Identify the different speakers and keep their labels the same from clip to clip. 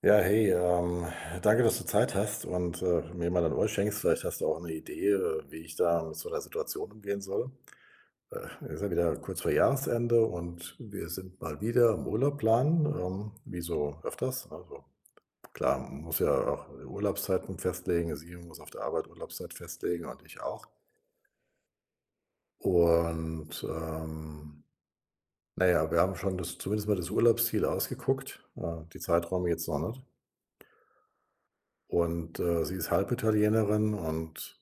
Speaker 1: Ja, hey, danke, dass du Zeit hast und, mir mal dein Ohr schenkst. Vielleicht hast du auch eine Idee, wie ich da mit so einer Situation umgehen soll. Äh, Ist ja wieder kurz vor Jahresende und wir sind mal wieder am Urlaub planen, wie so öfters. Also, klar, man muss ja auch Urlaubszeiten festlegen. Sie muss auf der Arbeit Urlaubszeit festlegen und ich auch. Und, ähm, na ja, wir haben schon das, zumindest mal das Urlaubsziel, ausgeguckt, die Zeiträume jetzt noch nicht. Und sie ist Halbitalienerin, und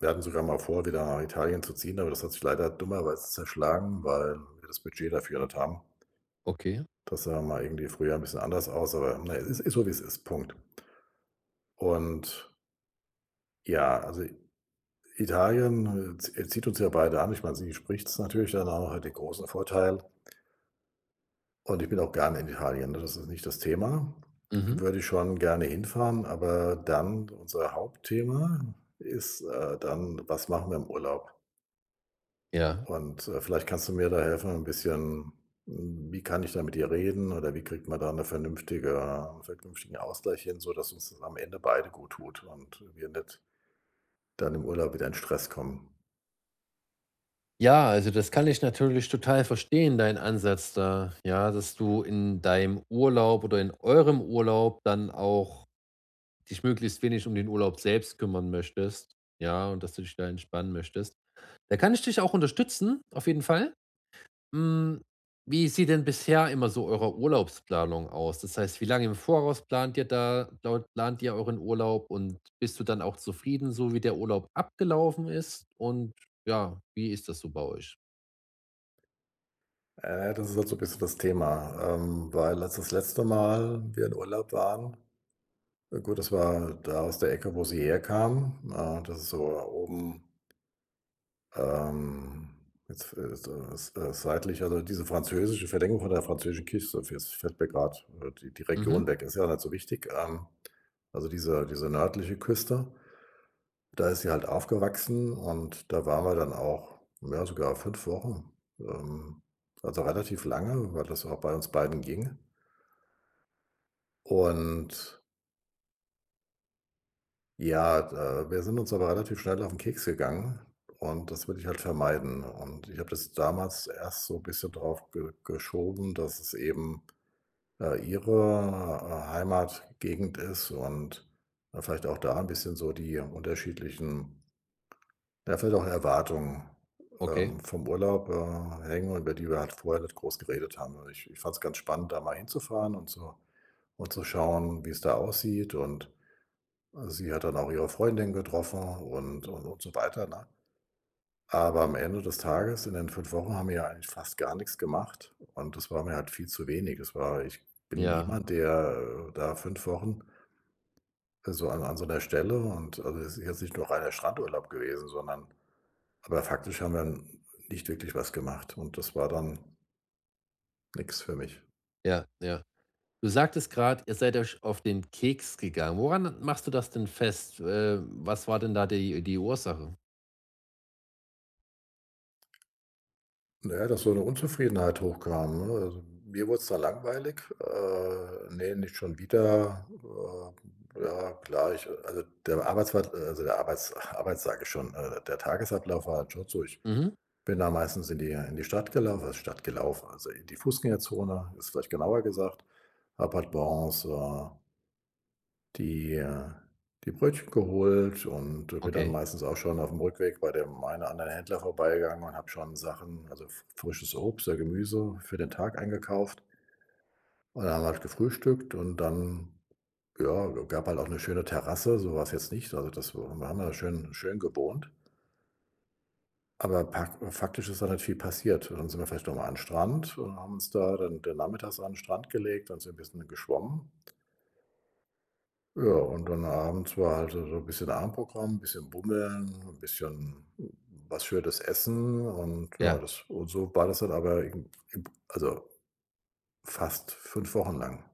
Speaker 1: wir hatten sogar mal vor, wieder nach Italien zu ziehen, aber das hat sich leider dummerweise zerschlagen, weil wir das Budget dafür nicht haben.
Speaker 2: Okay.
Speaker 1: Das sah mal irgendwie früher ein bisschen anders aus, aber na, es ist so, wie es ist. Punkt. Und ja, also Italien zieht uns ja beide an. Ich meine, sie spricht es natürlich dann auch, hat den großen Vorteil. Und ich bin auch gerne in Italien, ne? Das ist nicht das Thema.
Speaker 2: Mhm.
Speaker 1: Würde ich schon gerne hinfahren, aber dann unser Hauptthema ist, dann, was machen wir im Urlaub?
Speaker 2: Ja.
Speaker 1: Und vielleicht kannst du mir da helfen, ein bisschen, wie kann ich da mit ihr reden, oder wie kriegt man da 'ne vernünftige einen vernünftigen Ausgleich hin, sodass uns das am Ende beide gut tut und wir nicht dann im Urlaub wieder in Stress kommen?
Speaker 2: Ja, also das kann ich natürlich total verstehen, dein Ansatz da. Ja, dass du in deinem Urlaub oder in eurem Urlaub dann auch dich möglichst wenig um den Urlaub selbst kümmern möchtest. Ja, und dass du dich da entspannen möchtest. Da kann ich dich auch unterstützen, auf jeden Fall. Hm, wie sieht denn bisher immer so eure Urlaubsplanung aus? Das heißt, wie lange im Voraus plant ihr da plau plant ihr euren Urlaub und bist du dann auch zufrieden, so wie der Urlaub abgelaufen ist? Und ja, wie ist das so bei euch?
Speaker 1: Das ist halt so ein bisschen das Thema, weil, als das letzte Mal wir in Urlaub waren, gut, das war da aus der Ecke, wo sie herkam. Das ist so oben. Ähm, Jetzt, seitlich, also, diese französische Verlängerung von der französischen Küste, jetzt fällt mir grad, die
Speaker 2: Mhm,
Speaker 1: Region weg, ist ja nicht so wichtig. Also, diese nördliche Küste, da ist sie halt aufgewachsen, und da waren wir dann auch, ja, sogar 5 Wochen, ähm, also, relativ lange, weil das auch bei uns beiden ging. Und ja, da, wir sind uns aber relativ schnell auf den Keks gegangen, und das will ich halt vermeiden. Und ich habe das damals erst so ein bisschen drauf ge geschoben, dass es eben, ihre, Heimatgegend ist, und, vielleicht auch da ein bisschen so die unterschiedlichen, ja, vielleicht auch Erwartungen,
Speaker 2: okay.
Speaker 1: vom Urlaub, hängen, über die wir halt vorher nicht groß geredet haben. Und ich fand es ganz spannend, da mal hinzufahren und so, und zu schauen, wie es da aussieht. Und sie hat dann auch ihre Freundin getroffen, und so weiter, ne? Aber am Ende des Tages, in den 5 Wochen, haben wir ja eigentlich fast gar nichts gemacht, und das war mir halt viel zu wenig. Es war Ich bin
Speaker 2: Ja,
Speaker 1: niemand, der, da 5 Wochen, so an so einer Stelle, und, also, es ist jetzt nicht nur reiner Strandurlaub gewesen, sondern aber faktisch haben wir nicht wirklich was gemacht, und das war dann nichts für mich.
Speaker 2: ja, ja. Du sagtest gerade, ihr seid euch auf den Keks gegangen. Woran machst du das denn fest? Was war denn da die Ursache?
Speaker 1: Na ja, dass so eine Unzufriedenheit hochkam, ne? Also, mir wurde es da langweilig. Ne, nicht schon wieder. Ja, klar, der der Arbeits Arbeits sage ich schon, der Tagesablauf war halt schon so, ich
Speaker 2: Mhm,
Speaker 1: bin da meistens in die Stadt gelaufen, also, Stadt gelaufen, also, in die Fußgängerzone, ist vielleicht genauer gesagt, habe halt morgens, die die Brötchen geholt, und, bin dann
Speaker 2: okay.
Speaker 1: meistens auch schon auf dem Rückweg bei dem einen oder anderen Händler vorbeigegangen und habe schon Sachen, also, f frisches Obst oder Gemüse für den Tag eingekauft. Und dann haben wir halt gefrühstückt, und dann, ja, gab halt auch eine schöne Terrasse, so war's jetzt nicht. Also, wir haben da schön schön gewohnt, aber pak faktisch ist da nicht viel passiert. Dann sind wir vielleicht noch mal an 'n Strand und haben uns da dann den nachmittags an 'n Strand gelegt und sind ein bisschen geschwommen. Ja, und dann abends war halt so so ein bisschen Abendprogramm, ein bisschen bummeln, ein bisschen was Schönes essen und ja,
Speaker 2: Ja,
Speaker 1: das, und so war das dann, aber eben eben, also, fast 5 Wochen lang.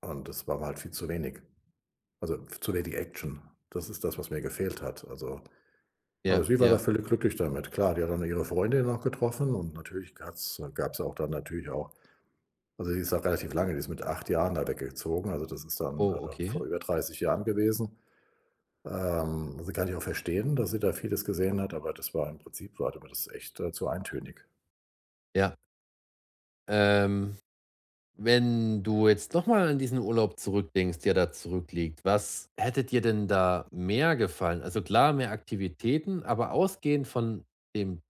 Speaker 1: Und das war mir halt viel zu wenig. Also, zu wenig Action. Das ist das, was mir gefehlt hat. Also, aber
Speaker 2: ja,
Speaker 1: sie war da
Speaker 2: ja.
Speaker 1: völlig glücklich damit. Klar, die hat dann ihre Freundin noch getroffen und natürlich gab es auch dann natürlich auch, also, die ist auch relativ lange, die ist mit 8 Jahren da weggezogen. Also, das ist dann,
Speaker 2: Oh, okay.
Speaker 1: vor über 30 Jahren gewesen. Also, kann ich auch verstehen, dass sie da vieles gesehen hat, aber das war im Prinzip, war mir das echt, zu eintönig.
Speaker 2: Ja, ähm wenn du jetzt nochmal an diesen Urlaub zurückdenkst, der da zurückliegt, was hätte dir denn da mehr gefallen? Also klar, mehr Aktivitäten, aber ausgehend von dem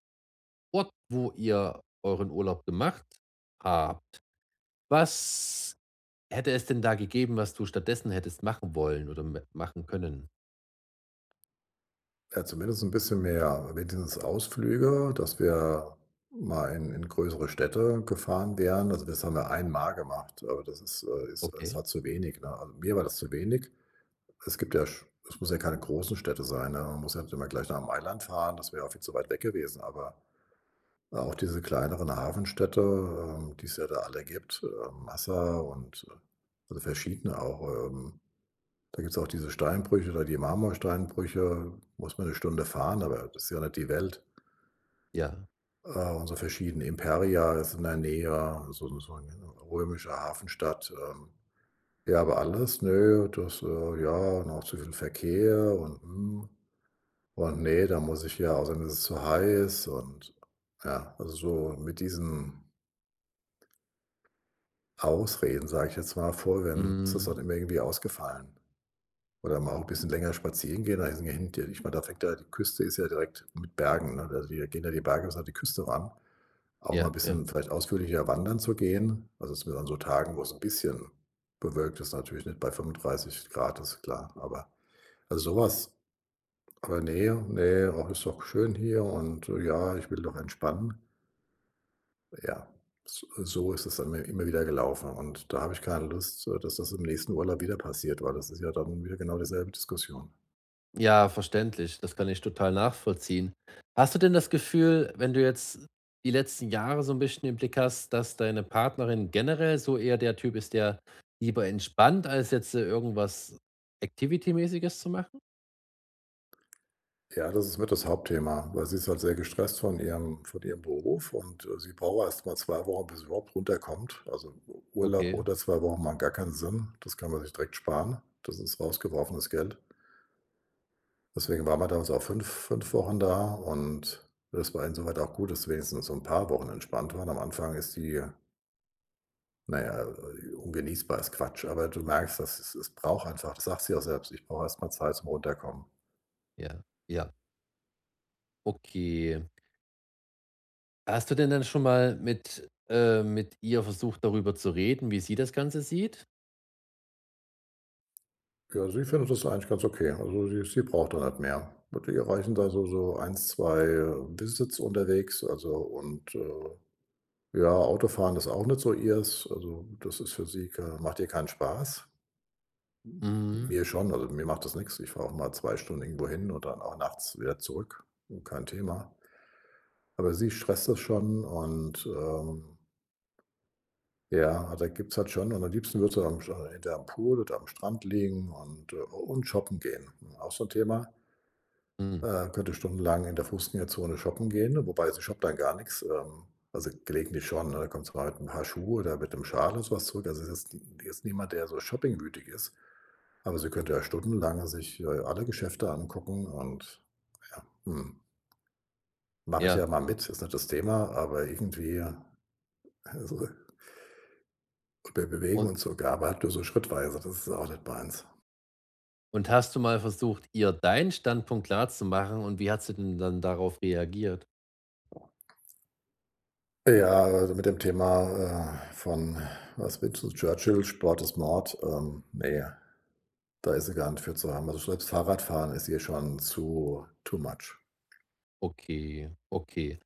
Speaker 2: Ort, wo ihr euren Urlaub gemacht habt, was hätte es denn da gegeben, was du stattdessen hättest machen wollen oder me machen können?
Speaker 1: Ja, zumindest ein bisschen mehr, wenigstens Ausflüge, dass wir mal in größere Städte gefahren wären. Also, das haben wir einmal gemacht, aber das ist, ist es
Speaker 2: Okay,
Speaker 1: war zu wenig, ne? Also, mir war das zu wenig. Es muss ja keine großen Städte sein, ne? Man muss ja nicht immer gleich nach dem Mailand fahren, das wäre ja auch viel zu weit weg gewesen, aber auch diese kleineren Hafenstädte, die es ja da alle gibt, Massa und also verschiedene auch. Da gibt es auch diese Steinbrüche oder die Marmorsteinbrüche, muss man 1 Stunde fahren, aber das ist ja nicht die Welt.
Speaker 2: ja.
Speaker 1: Und so verschiedene, Imperia ist in der Nähe, so 'n so 'ne römische Hafenstadt. Ja, aber alles, nö, das, ja, noch zu viel Verkehr, und, und ne, da muss ich ja, außerdem ist es zu heiß und ja, also so mit diesen Ausreden, sage ich jetzt mal, vorwenden. Es ist das
Speaker 2: Mhm.
Speaker 1: dann immer irgendwie ausgefallen. Oder mal auch ein bisschen länger spazieren gehen, da ist ja hin, ich meine, da fängt ja die Küste, ist ja direkt mit Bergen, ne? Also, die gehen ja, die Berge bis an die Küste ran. Auch mal
Speaker 2: Ja,
Speaker 1: ein
Speaker 2: ja.
Speaker 1: bisschen vielleicht ausführlicher wandern zu gehen, also, zumindest an so Tagen, wo es ein bisschen bewölkt ist, natürlich nicht bei 35 Grad, ist klar, aber, also, sowas. Aber nee, nee, auch ist doch schön hier und, ja, ich will doch entspannen.“ Ja, s so ist es dann immer wieder gelaufen, und da habe ich keine Lust, dass das im nächsten Urlaub wieder passiert, weil das ist ja dann wieder genau dieselbe Diskussion.
Speaker 2: Ja, verständlich. Das kann ich total nachvollziehen. Hast du denn das Gefühl, wenn du jetzt die letzten Jahre so ein bisschen im Blick hast, dass deine Partnerin generell so eher der Typ ist, der lieber entspannt, als jetzt, irgendwas Activity-mäßiges zu machen?
Speaker 1: Ja, das ist mit das Hauptthema, weil sie ist halt sehr gestresst von ihrem Beruf, und, sie braucht erst mal 2 Wochen, bis sie überhaupt runterkommt. Also, Urlaub
Speaker 2: Okay,
Speaker 1: oder 2 Wochen machen gar keinen Sinn. Das kann man sich direkt sparen. Das ist rausgeworfenes Geld. Deswegen waren wir damals auch fünf Wochen da, und das war insoweit auch gut, dass wenigstens so ein paar Wochen entspannt waren. Am Anfang ist die, na ja, ungenießbar ist Quatsch, aber du merkst, dass es braucht einfach, das sagt sie auch selbst: „Ich brauche erstmal Zeit zum Runterkommen.“
Speaker 2: ja, ja, okay. Hast du denn dann schon mal mit ihr versucht, darüber zu reden, wie sie das Ganze sieht?
Speaker 1: Ja, sie findet das eigentlich ganz okay. Also, sie braucht dann halt mehr. Und ihr reichen da so 1, 2 Visits unterwegs, also und, ja, Autofahren ist auch nicht so ihrs. Also, das ist für sie ke macht ihr keinen Spaß.
Speaker 2: Mhm,
Speaker 1: Mir schon, also mir macht das nichts. Ich fahre auch mal 2 Stunden irgendwo hin und dann auch nachts wieder zurück, kein Thema. Aber sie stresst das schon, und, ja, da gibt's halt schon, und am liebsten würdest du am Sch entweder am Pool oder am Strand liegen und shoppen gehen. Auch so ein Thema.
Speaker 2: mhm,
Speaker 1: Könnte stundenlang in der Fußgängerzone shoppen gehen, wobei sie shoppt dann gar nichts. Also, gelegentlich schon, ne? Da kommt sie mal mit 'n paar Schuhe oder mit 'nem Schal oder so was zurück. Also, es ist jetzt niemand, der so shoppingwütig ist, aber sie könnte ja stundenlang sich, alle Geschäfte angucken und ja, mache ich
Speaker 2: ja.
Speaker 1: ja mal mit, ist nicht das Thema, aber irgendwie, also bei Bewegung
Speaker 2: Und
Speaker 1: und so, g aber halt nur so schrittweise, das ist auch nicht meins.
Speaker 2: Und hast du mal versucht, ihr deinen Standpunkt klarzumachen und wie hat sie denn dann darauf reagiert?
Speaker 1: Ja, also mit dem Thema, von, was Winston Churchill: „Sport ist Mord“, ne, da ist sie gar nicht für zu haben. Also, selbst Fahrradfahren ist hier schon zu too much.
Speaker 2: Okay, okay.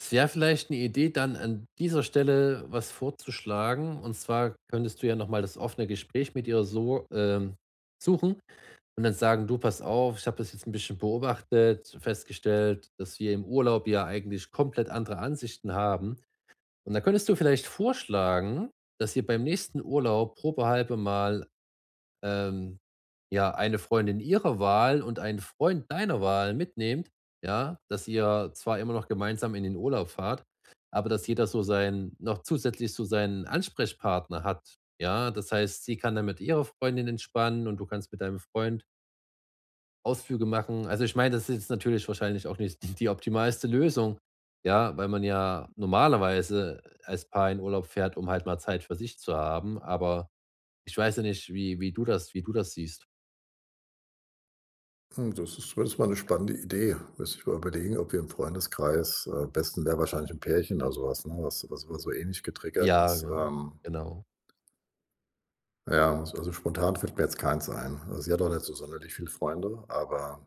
Speaker 2: Es wäre vielleicht eine Idee, dann an dieser Stelle was vorzuschlagen. Und zwar könntest du ja noch mal das offene Gespräch mit ihr so, suchen und dann sagen: „Du, pass auf, ich habe das jetzt ein bisschen beobachtet, festgestellt, dass wir im Urlaub ja eigentlich komplett andere Ansichten haben.“ Und dann könntest du vielleicht vorschlagen, dass ihr beim nächsten Urlaub probehalbe mal, ähm, ja, eine Freundin ihrer Wahl und einen Freund deiner Wahl mitnehmt, ja, dass ihr zwar immer noch gemeinsam in den Urlaub fahrt, aber dass jeder so sein noch zusätzlich so seinen Ansprechpartner hat. Ja, das heißt, sie kann dann mit ihrer Freundin entspannen und du kannst mit deinem Freund Ausflüge machen. Also ich meine, das ist jetzt natürlich wahrscheinlich auch nicht die optimalste Lösung, ja, weil man ja normalerweise als Paar in Urlaub fährt, um halt mal Zeit für sich zu haben. Aber ich weiß ja nicht, wie, wie du das siehst.
Speaker 1: Hm, das ist das mal eine spannende Idee. Müsste ich mal überlegen, ob wir im Freundeskreis, am besten wäre wahrscheinlich 'n Pärchen oder sowas, was, ne, was so ähnlich getriggert
Speaker 2: Ja,
Speaker 1: ist,
Speaker 2: genau. Genau.
Speaker 1: ja, also spontan fällt mir jetzt keins ein. Also, sie hat auch nicht so sonderlich viele Freunde, aber,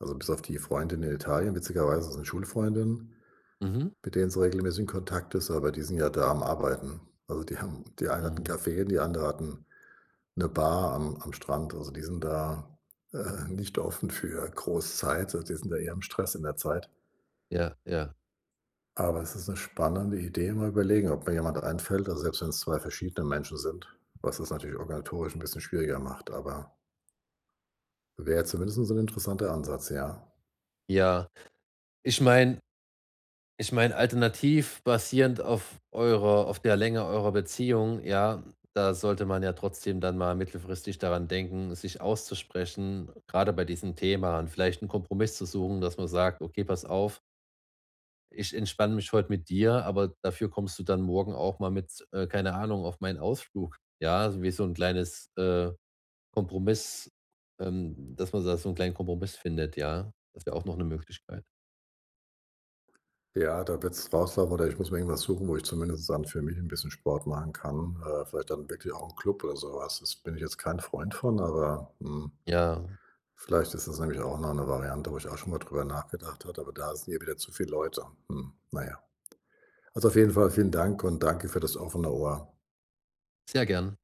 Speaker 1: also, bis auf die Freundin in Italien, witzigerweise ist 'ne Schulfreundin,
Speaker 2: Mhm.
Speaker 1: mit denen sie regelmäßig in Kontakt ist, aber die sind ja da am Arbeiten. Also, die haben, die eine hat 'n
Speaker 2: Mhm.
Speaker 1: Café, die andere hat 'n 'ne Bar am Strand. Also, die sind da, nicht offen für groß Zeit. Also, die sind da eher im Stress in der Zeit.
Speaker 2: Ja, ja,
Speaker 1: Aber es ist eine spannende Idee, mal überlegen, ob mir jemand einfällt, also, selbst wenn es 2 verschiedene Menschen sind, was das natürlich organisatorisch ein bisschen schwieriger macht, aber wäre zumindest so 'n interessanter Ansatz, ja.
Speaker 2: ja. Ich meine Ich meine, alternativ basierend auf eurer auf der Länge eurer Beziehung, ja, da sollte man ja trotzdem dann mal mittelfristig daran denken, sich auszusprechen, gerade bei diesem Thema und vielleicht einen Kompromiss zu suchen, dass man sagt: „Okay, pass auf, ich entspanne mich heute mit dir, aber dafür kommst du dann morgen auch mal mit, keine Ahnung, auf meinen Ausflug.“ Ja, so wie so ein kleines, Kompromiss dass man da so 'n kleinen Kompromiss findet, ja. Das wäre auch noch 'ne Möglichkeit.
Speaker 1: Ja, da wird's rauslaufen, oder ich muss mir irgendwas suchen, wo ich zumindest dann für mich 'n bisschen Sport machen kann. Vielleicht dann wirklich auch 'n Club oder so was. Das bin ich jetzt kein Freund von, aber,
Speaker 2: Ja,
Speaker 1: vielleicht ist das nämlich auch noch 'ne Variante, wo ich auch schon mal drüber nachgedacht hatte, aber da sind ja wieder zu viele Leute. Hm, na ja. Also, auf jeden Fall vielen Dank, und danke für das offene Ohr.
Speaker 2: sehr gern.